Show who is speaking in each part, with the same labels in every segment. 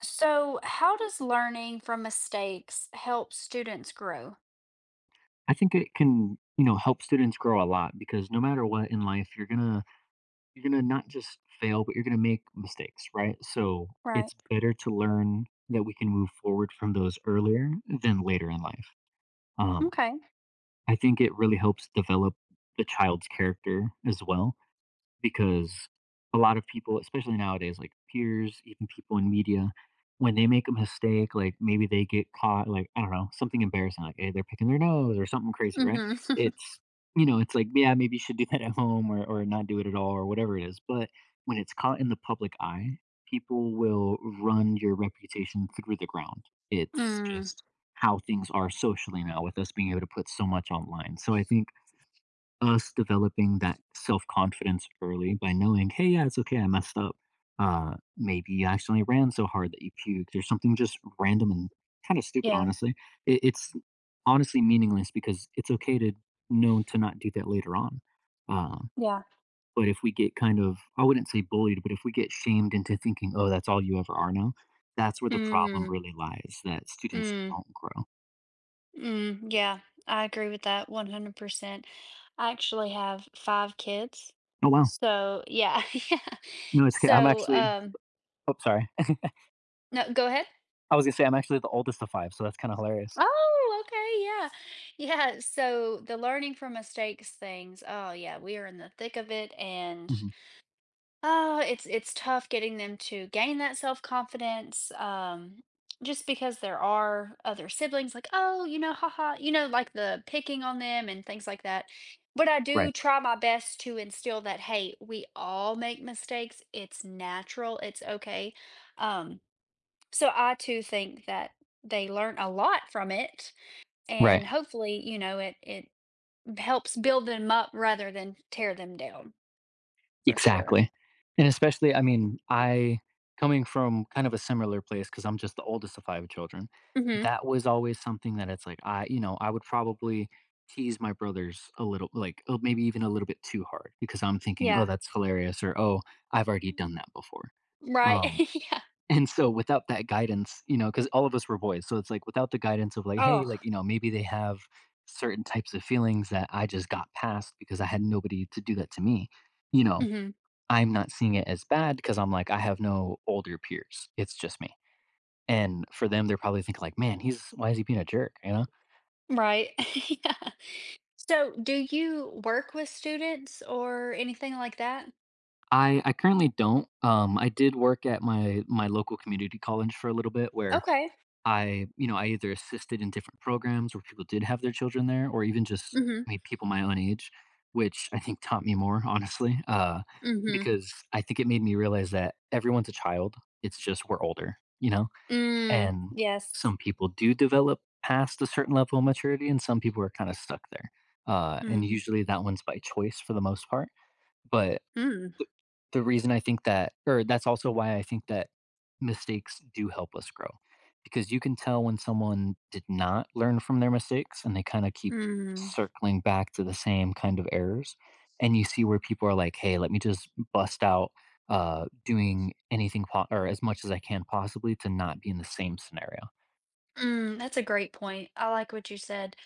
Speaker 1: So, how does learning from mistakes help students grow?
Speaker 2: I think it can, you know, help students grow a lot because no matter what in life, you're gonna not just fail, but you're gonna make mistakes, right? So
Speaker 1: Right.
Speaker 2: it's better to learn that we can move forward from those earlier than later in life. Um,
Speaker 1: Okay.
Speaker 2: I think it really helps develop the child's character as well because a lot of people, especially nowadays, like peers, even people in media, when they make a mistake, like maybe they get caught, like, I don't know, something embarrassing, like, hey, they're picking their nose or something crazy, right?
Speaker 1: Mm-hmm.
Speaker 2: It's, you know, it's like, yeah, maybe you should do that at home or not do it at all or whatever it is. But when it's caught in the public eye, people will run your reputation through the ground. It's
Speaker 1: Mm,
Speaker 2: just how things are socially now with us being able to put so much online. So I think us developing that self-confidence early by knowing, "Hey, yeah, it's okay, I messed up." Maybe you accidentally ran so hard that you puked or something just random and kind of stupid,
Speaker 1: yeah.
Speaker 2: honestly. It's honestly meaningless because it's okay to know to not do that later on. Uh,
Speaker 1: Yeah.
Speaker 2: but if we get kind of, I wouldn't say bullied, but if we get shamed into thinking, oh, that's all you ever are now, that's where the problem
Speaker 1: mm,
Speaker 2: really lies that students
Speaker 1: mm,
Speaker 2: don't grow.
Speaker 1: mm. Yeah, I agree with that 100%. I actually have five kids.
Speaker 2: Oh, wow.
Speaker 1: So, yeah. Yeah.
Speaker 2: No, it's okay. I'm
Speaker 1: So,
Speaker 2: actually,
Speaker 1: um,
Speaker 2: oh, sorry.
Speaker 1: no, go ahead.
Speaker 2: I was gonna say I'm actually the oldest of 5, so that's kinda hilarious.
Speaker 1: Oh, okay. Yeah. Yeah. So, the learning from mistakes things. Oh, yeah. We are in the thick of it. And
Speaker 2: Mhm.
Speaker 1: oh, it's tough getting them to gain that self-confidence, just because there are other siblings like, "Oh, haha," like the picking on them and things like that. But I do
Speaker 2: Right,
Speaker 1: try my best to instill that, "Hey, we all make mistakes. It's natural. It's okay." Um, so I too think that they learn a lot from it,
Speaker 2: right,
Speaker 1: and hopefully, you know, it helps build them up rather than tear them down, for sure.
Speaker 2: exactly. And especially, I mean, I coming from kind of a similar place because 'cause I'm just the oldest of 5 children,
Speaker 1: Mhm.
Speaker 2: that was always something that it's like, I you know, I would probably tease my brothers a little, like, oh, maybe even a little bit too hard because I'm thinking, "Oh,
Speaker 1: Yeah.
Speaker 2: that's hilarious," or, "Oh, I've already done that before."
Speaker 1: Right.
Speaker 2: Um
Speaker 1: Yeah.
Speaker 2: And so without that guidance, you know, because all of us were boys, so it's like without the guidance of like, "Hey,
Speaker 1: Oh.
Speaker 2: like, you know, maybe they have certain types of feelings that I just got past because I had nobody to do that to me." You know,
Speaker 1: Mhm.
Speaker 2: I'm not seeing it as bad because 'cause I'm like, I have no older peers. It's just me. And for them, they're probably thinking like, "Man, he's why is he being a jerk?" You know?
Speaker 1: Right. Yeah. So, do you work with students or anything like that?
Speaker 2: I currently don't. I did work at my local community college for a little bit where
Speaker 1: Okay.
Speaker 2: I you know, I either assisted in different programs where people did have their children there or even just,
Speaker 1: Mhm.
Speaker 2: I mean, people my own age, which I think taught me more, honestly,
Speaker 1: Mhm.
Speaker 2: because I think it made me realize that everyone's a child. It's just we're older, you know?
Speaker 1: Mm.
Speaker 2: And
Speaker 1: Yes.
Speaker 2: some people do develop past a certain level of maturity and some people are kind of stuck there. And
Speaker 1: Mm.
Speaker 2: usually that one's by choice for the most part. But
Speaker 1: Mm.
Speaker 2: the the reason I think that or that's also why I think that mistakes do help us grow, because you can tell when someone did not learn from their mistakes and they kinda keep
Speaker 1: Mm.
Speaker 2: circling back to the same kind of errors, and you see where people are like, "Hey, let me just bust out, doing anything po or as much as I can possibly to not be in the same scenario."
Speaker 1: Mm. That's a great point. I like what you said.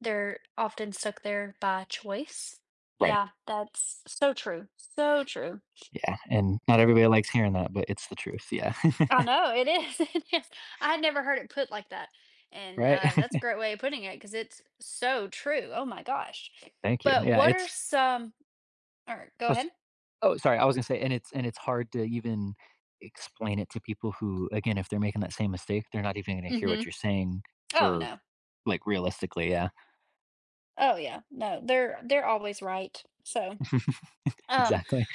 Speaker 1: They're often stuck there by choice.
Speaker 2: Right,
Speaker 1: Yeah, that's so true. So true.
Speaker 2: yeah, and not everybody likes hearing that, but it's the truth, yeah.
Speaker 1: I know it is, it is. I had never heard it put like that, and,
Speaker 2: Right?
Speaker 1: that's a great way of putting it because it's so true. Oh my gosh.
Speaker 2: Thank you,
Speaker 1: But
Speaker 2: yeah,
Speaker 1: what are
Speaker 2: it's
Speaker 1: some or go
Speaker 2: a
Speaker 1: ahead?
Speaker 2: oh, sorry, I was gonna say, and it's hard to even explain it to people who, again, if they're making that same mistake, they're not even gonna hear what
Speaker 1: Mhm.
Speaker 2: you're saying
Speaker 1: Oh,
Speaker 2: for
Speaker 1: no.
Speaker 2: like realistically, yeah.
Speaker 1: Oh, yeah. No, they're always right. Um,
Speaker 2: Exactly.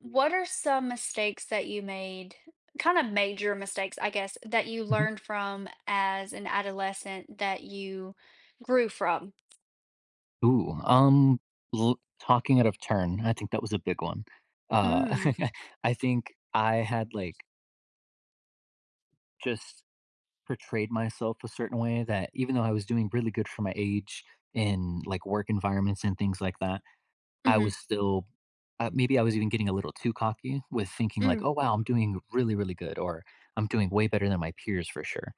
Speaker 1: what are some mistakes that you made, kind of major mistakes, I guess, that you
Speaker 2: Mhm.
Speaker 1: learned from as an adolescent that you grew from?
Speaker 2: Ooh, l talking out of turn, I think that was a big one. Uh,
Speaker 1: Mm.
Speaker 2: I think I had, like, just portrayed myself a certain way that even though I was doing really good for my age in, like, work environments and things like that I
Speaker 1: Mhm.
Speaker 2: was still maybe I was even getting a little too cocky with thinking like,
Speaker 1: Mm.
Speaker 2: "Oh, wow, I'm doing really, really good," or "I'm doing way better than my peers for sure."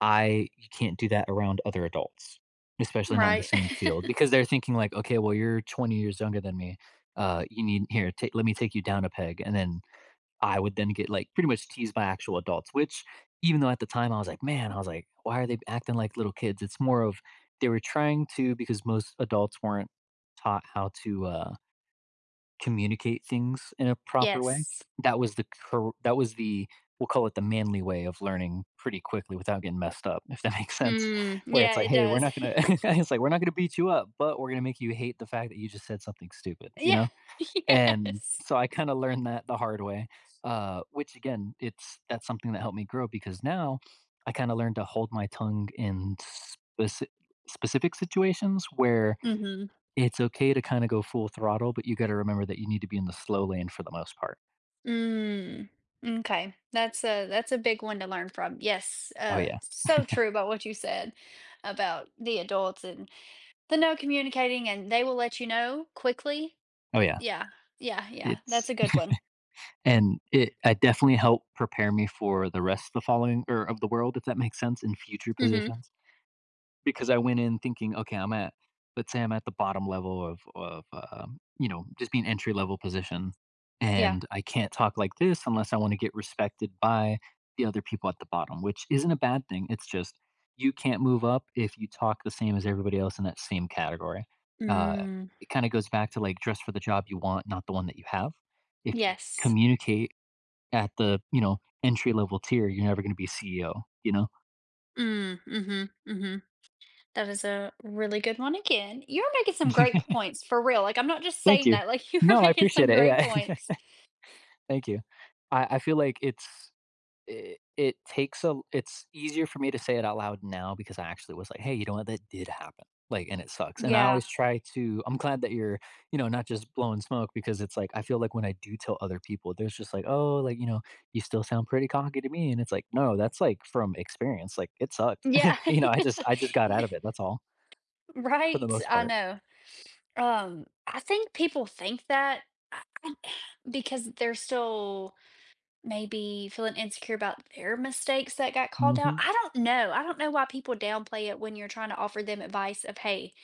Speaker 2: I You can't do that around other adults, especially not in the
Speaker 1: Right.
Speaker 2: same field, because they're thinking like, "Okay, well, you're 20 years younger than me. You need let me take you down a peg." And then I would then get like pretty much teased by actual adults, which even though at the time I was like, "Man," I was like, "Why are they acting like little kids?" It's more of they were trying to because most adults weren't taught how to communicate things in a proper way.
Speaker 1: Yes.
Speaker 2: That was the cor that was the we'll call it the manly way of learning pretty quickly without getting messed up, if that makes sense.
Speaker 1: Mm,
Speaker 2: Where
Speaker 1: yeah,
Speaker 2: it's like,
Speaker 1: it
Speaker 2: "Hey, we're
Speaker 1: does.
Speaker 2: not gonna" it's like, "We're not gonna beat you up, but we're gonna make you hate the fact that you just said something stupid," you
Speaker 1: Yeah,
Speaker 2: know? And
Speaker 1: yes.
Speaker 2: so I kinda learned that the hard way, which again, it's that's something that helped me grow because now I kinda learned to hold my tongue in speci specific situations where
Speaker 1: Mhm.
Speaker 2: it's okay to kinda go full throttle, but you gotta remember that you need to be in the slow lane for the most part.
Speaker 1: Mm, M'kay. That's a big one to learn from. Yes,
Speaker 2: Oh, yeah.
Speaker 1: so true about what you said about the adults and the no communicating, and they will let you know quickly.
Speaker 2: Oh, yeah.
Speaker 1: Yeah, yeah, that's
Speaker 2: It's
Speaker 1: a good one.
Speaker 2: And it I definitely helped prepare me for the rest of the following or of the world, if that makes sense, in future
Speaker 1: Mhm,
Speaker 2: positions. Because I went in thinking, "Okay, I'm at let's say I'm at the bottom level of you know, just being entry level position,
Speaker 1: yeah.
Speaker 2: and I can't talk like this unless I wanna get respected by the other people at the bottom," which isn't a bad thing, it's just you can't move up if you talk the same as everybody else in that same category. Uh,
Speaker 1: Mm,
Speaker 2: it kinda goes back to, like, dress for the job you want, not the one that you have. If you
Speaker 1: yes.
Speaker 2: communicate at the, you know, entry level tier, you're never gonna be CEO, you know?
Speaker 1: Mm, mhm, mhm. That is a really good one again. You're making some great points, for real, like, I'm not just
Speaker 2: Thank
Speaker 1: saying
Speaker 2: you.
Speaker 1: that, like, you were
Speaker 2: No, I
Speaker 1: making
Speaker 2: appreciate
Speaker 1: some
Speaker 2: it,
Speaker 1: great
Speaker 2: yeah.
Speaker 1: points.
Speaker 2: Thank you. I feel like it's it takes a it's easier for me to say it out loud now because I actually was like, "Hey, you know what? That did happen." Like, and it sucks. And I
Speaker 1: Yeah.
Speaker 2: always try to I'm glad that you're, you know, not just blowing smoke because it's like I feel like when I do tell other people, there's just like, "Oh, like, you know, you still sound pretty cocky to me." And it's like, "No, that's like from experience. Like it sucked."
Speaker 1: Yeah.
Speaker 2: you know, I just got
Speaker 1: Yeah.
Speaker 2: out of it. That's all for the
Speaker 1: Right,
Speaker 2: most
Speaker 1: I
Speaker 2: part.
Speaker 1: know. I think people think that uh, because they're still maybe feeling insecure about their mistakes that got called out.
Speaker 2: Mhm.
Speaker 1: I don't know. I don't know why people downplay it when you're trying to offer them advice of, "Hey,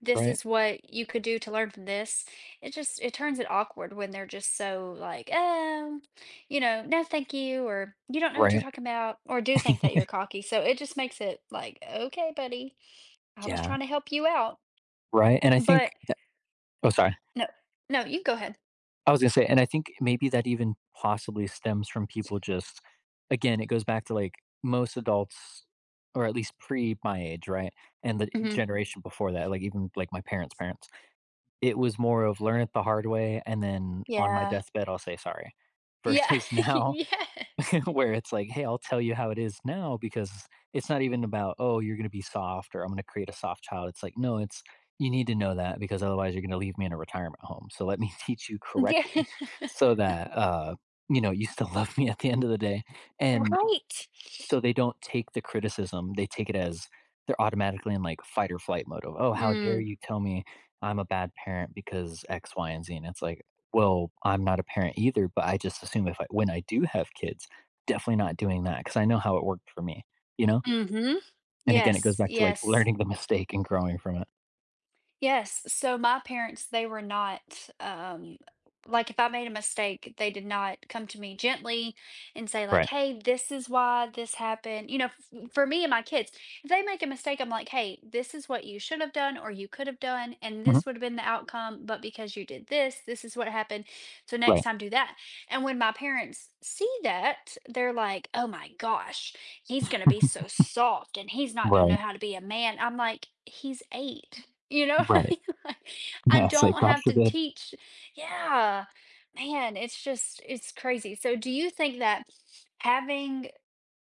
Speaker 1: this
Speaker 2: Right.
Speaker 1: is what you could do to learn from this." It just it turns it awkward when they're just so like, you know, no, thank you," or, "You don't know what you're
Speaker 2: Right.
Speaker 1: talking about," or do think that you're cocky. So it just makes it like, "Okay, buddy." I was
Speaker 2: Yeah.
Speaker 1: trying to help you out,
Speaker 2: Right. And I think
Speaker 1: but
Speaker 2: that oh, sorry.
Speaker 1: no, no, you go ahead.
Speaker 2: I was gonna say, and I think maybe that even possibly stems from people just again, it goes back to, like, most adults, or at least pre my age, right? And the
Speaker 1: Mhm.
Speaker 2: generation before that, like, even, like, my parents' parents, it was more of learn it the hard way, and then on my
Speaker 1: Yeah.
Speaker 2: deathbed, I'll say sorry.
Speaker 1: Yeah.
Speaker 2: Versus now,
Speaker 1: Yes.
Speaker 2: where it's like, "Hey, I'll tell you how it is now," because it's not even about, "Oh, you're gonna be soft," or "I'm gonna create a soft child." It's like, "No, it's you need to know that because otherwise you're gonna leave me in a retirement home. So let me teach you
Speaker 1: Yeah.
Speaker 2: correctly so that, you know, you still love me at the end of the day." And
Speaker 1: Right.
Speaker 2: so they don't take the criticism, they take it as they're automatically in, like, fight or flight mode of, "Oh, how dare
Speaker 1: Mm.
Speaker 2: you tell me I'm a bad parent because X, Y, and Z," and it's like, "Well, I'm not a parent either, but I just assume if I when I do have kids, definitely not doing that because I know how it worked for me," you know?
Speaker 1: Mhm.
Speaker 2: And again, it goes back to, like,
Speaker 1: Yes.
Speaker 2: learning the mistake and growing from it.
Speaker 1: Yes, so my parents, they were not, um, like, if I made a mistake, they did not come to me gently and say, like,
Speaker 2: Right.
Speaker 1: "Hey, this is why this happened." You know, f for me and my kids, if they make a mistake, I'm like, "Hey, this is what you should have done or you could have done, and
Speaker 2: Mhm.
Speaker 1: this would have been the outcome, but because you did this, this is what happened. So next
Speaker 2: Right.
Speaker 1: time, do that." And when my parents see that, they're like, "Oh my gosh, he's gonna be so soft and he's not gonna know
Speaker 2: Right.
Speaker 1: how to be a man." I'm like, "He's 8." You know? What I
Speaker 2: Right.
Speaker 1: mean? Like, I
Speaker 2: Yeah, it's like,
Speaker 1: don't
Speaker 2: God
Speaker 1: have to
Speaker 2: forbid.
Speaker 1: teach. Yeah. Man, it's just it's crazy. So do you think that having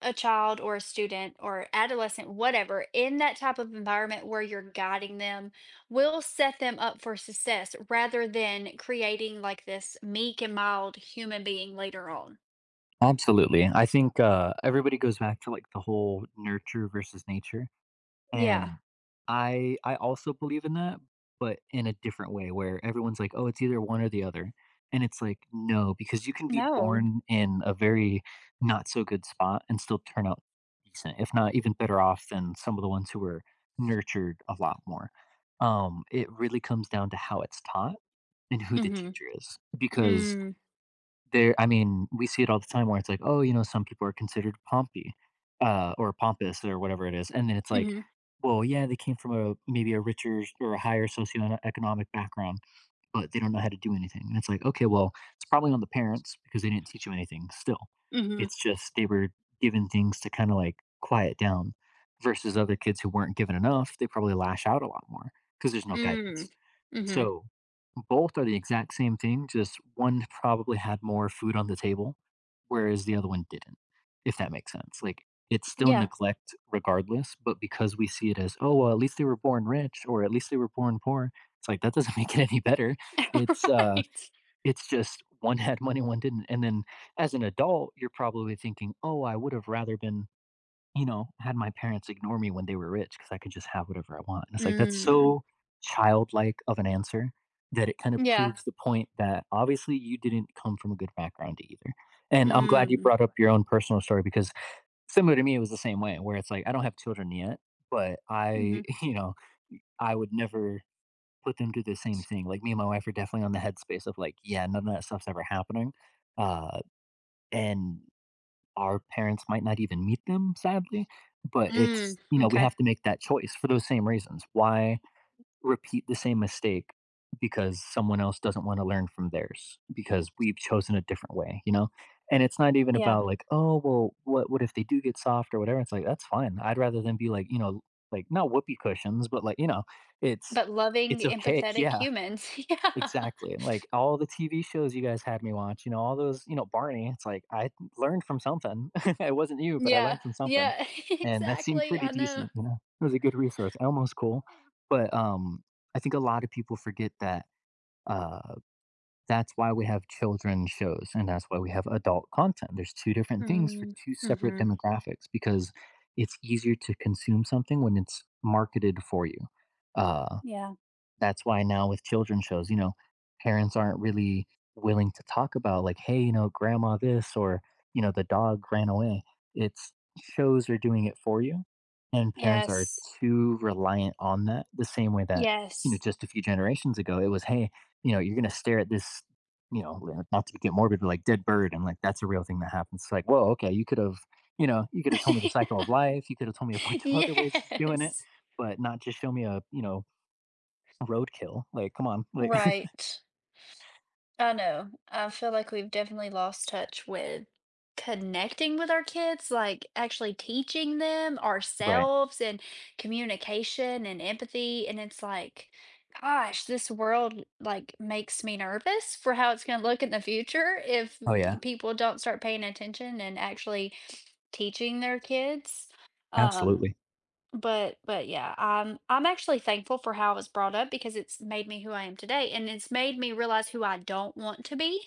Speaker 1: a child or a student or adolescent, whatever, in that type of environment where you're guiding them will set them up for success rather than creating like this meek and mild human being later on?
Speaker 2: Absolutely. I think, everybody goes back to, like, the whole nurture versus nature.
Speaker 1: Yeah.
Speaker 2: And I also believe in that, but in a different way where everyone's like, "Oh, it's either one or the other." And it's like, "No," because you can be
Speaker 1: No.
Speaker 2: born in a very not so good spot and still turn out decent, if not even better off than some of the ones who were nurtured a lot more. It really comes down to how it's taught and who the
Speaker 1: Mhm.
Speaker 2: teacher is because
Speaker 1: Mm.
Speaker 2: I mean, we see it all the time where it's like, oh, you know, some people are considered pompy, or pompous or whatever it is, and then it's like,
Speaker 1: Mhm.
Speaker 2: well, yeah, they came from a maybe a richer or a higher socioeconomic background, but they don't know how to do anything. And it's like, okay, well, it's probably on the parents because they didn't teach you anything. Still,
Speaker 1: Mhm.
Speaker 2: it's just they were given things to kind of like quiet down, versus other kids who weren't given enough, they probably lash out a lot more because there's no
Speaker 1: Mm.
Speaker 2: guidance.
Speaker 1: Mhm.
Speaker 2: So, both are the exact same thing, just one probably had more food on the table, whereas the other one didn't, if that makes sense. Like, it's still
Speaker 1: Yeah.
Speaker 2: neglect regardless, but because we see it as, oh, well, at least they were born rich or at least they were born poor, it's like that doesn't make it any better. It's
Speaker 1: Right.
Speaker 2: it's just one had money, one didn't. And then as an adult, you're probably thinking, oh, I would have rather been had my parents ignore me when they were rich because I could just have whatever I want, and it's like, that's
Speaker 1: Mm.
Speaker 2: so childlike of an answer that it kind of
Speaker 1: Yeah.
Speaker 2: proves the point that obviously you didn't come from a good background either, and I'm glad you
Speaker 1: Mm.
Speaker 2: brought up your own personal story because similar to me, it was the same way where it's like, I don't have children yet, but I
Speaker 1: Mhm.
Speaker 2: I would never put them through the same thing, like, me and my wife are definitely on the headspace of like, "Yeah, none of that stuff's ever happening," uh, and our parents might not even meet them, sadly. But
Speaker 1: Mm.
Speaker 2: it's, you know, we
Speaker 1: Okay.
Speaker 2: have to make that choice for those same reasons. Why repeat the same mistake because someone else doesn't want to learn from theirs because we've chosen a different way, you know? And it's not even
Speaker 1: Yeah.
Speaker 2: about like, oh, well, what if they do get soft or whatever? It's like, that's fine. I'd rather than be like, you know, like not whoopee cushions, but like, it's
Speaker 1: But loving,
Speaker 2: it's okay.
Speaker 1: empathetic
Speaker 2: Yeah,
Speaker 1: humans. Yeah.
Speaker 2: exactly, like, all the TV shows you guys had me watch, you know, all those Barney, it's like, I learned from something. It wasn't you, but I
Speaker 1: Yeah,
Speaker 2: learned from something,
Speaker 1: yeah,
Speaker 2: and that seemed
Speaker 1: exactly,
Speaker 2: pretty
Speaker 1: I know.
Speaker 2: decent, you know? It was a good resource. Elmo's cool, but, I think a lot of people forget that, uh, that's why we have children shows, and that's why we have adult content. There's 2 different things for
Speaker 1: Mm,
Speaker 2: 2 separate
Speaker 1: mhm,
Speaker 2: demographics because it's easier to consume something when it's marketed for you. Uh
Speaker 1: yeah.
Speaker 2: that's why now with children shows, you know, parents aren't really willing to talk about like, "Hey, you know, grandma this," or, you know, "The dog ran away." It's shows are doing it for you, and parents are
Speaker 1: Yes,
Speaker 2: too reliant on that the same way that, you know,
Speaker 1: yes.
Speaker 2: just a few generations ago, it was, "Hey, you know, you're gonna stare at this, you know, li not to get morbid, but, like, dead bird," and, like, that's a real thing that happens. It's like, "Whoa, okay, you could have, you know, you could have told me the cycle of life, you could have told me a bunch of other ways of doing it,
Speaker 1: Yes,
Speaker 2: but not just show me a, you know, roadkill, like, come on, like"
Speaker 1: right. I know. I feel like we've definitely lost touch with connecting with our kids, like actually teaching them
Speaker 2: Right.
Speaker 1: ourselves and communication and empathy. And it's like, gosh, this world like makes me nervous for how it's going to look in the future if
Speaker 2: Oh, yeah,
Speaker 1: people don't start paying attention and actually teaching their kids. Um,
Speaker 2: absolutely.
Speaker 1: but yeah, I'm actually thankful for how I was brought up because it's made me who I am today, and it's made me realize who I don't want to be.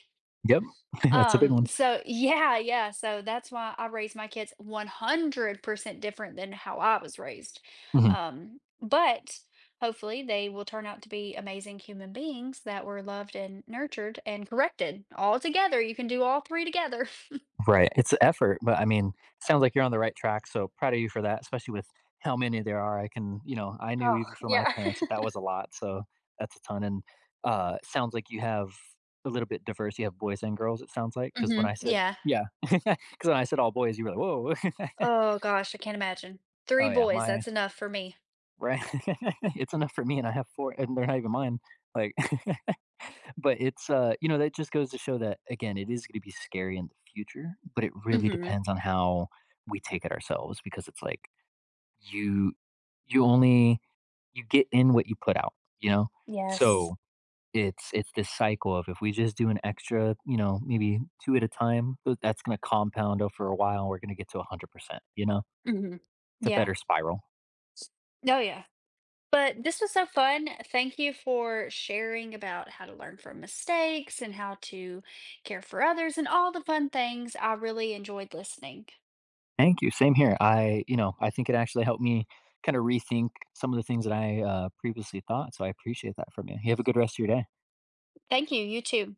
Speaker 2: Yep, that's a big
Speaker 1: Um,
Speaker 2: one.
Speaker 1: so yeah, so that's why I raise my kids 100% different than how I was raised.
Speaker 2: Mhm.
Speaker 1: But Hopefully they will turn out to be amazing human beings that were loved and nurtured and corrected all together. You can do all three together.
Speaker 2: Right, it's effort, but, I mean, sounds like you're on the right track, so proud of you for that, especially with how many there are, I can I knew
Speaker 1: Oh,
Speaker 2: even for my
Speaker 1: yeah.
Speaker 2: parents that that was a lot, so that's a ton, and, sounds like you have a little bit diverse, you have boys and girls, it sounds like, because when I said
Speaker 1: Yeah.
Speaker 2: yeah, because when I said all boys, you were like, whoa,
Speaker 1: Oh gosh, I can't imagine. Three
Speaker 2: Oh, yeah,
Speaker 1: boys,
Speaker 2: my
Speaker 1: that's enough for me.
Speaker 2: Right? It's enough for me, and I have 4, and they're not even mine. Like, but it's, you know, that just goes to show that, again, it is gonna be scary in the future, but it really
Speaker 1: Mhm.
Speaker 2: depends on how we take it ourselves because it's like you you only you get in what you put out, you know?
Speaker 1: Yes.
Speaker 2: So it's this cycle of if we just do an extra, you know, maybe 2 at a time, th that's gonna compound over a while, we're gonna get to 100%, you know?
Speaker 1: Mhm.
Speaker 2: It's a
Speaker 1: Yeah.
Speaker 2: better spiral.
Speaker 1: Oh, yeah. But this was so fun. Thank you for sharing about how to learn from mistakes and how to care for others and all the fun things. I really enjoyed listening.
Speaker 2: Thank you. Same here. I, you know, I think it actually helped me kind of rethink some of the things that I previously thought. So I appreciate that from you. You have a good rest of your day.
Speaker 1: Thank you. You too.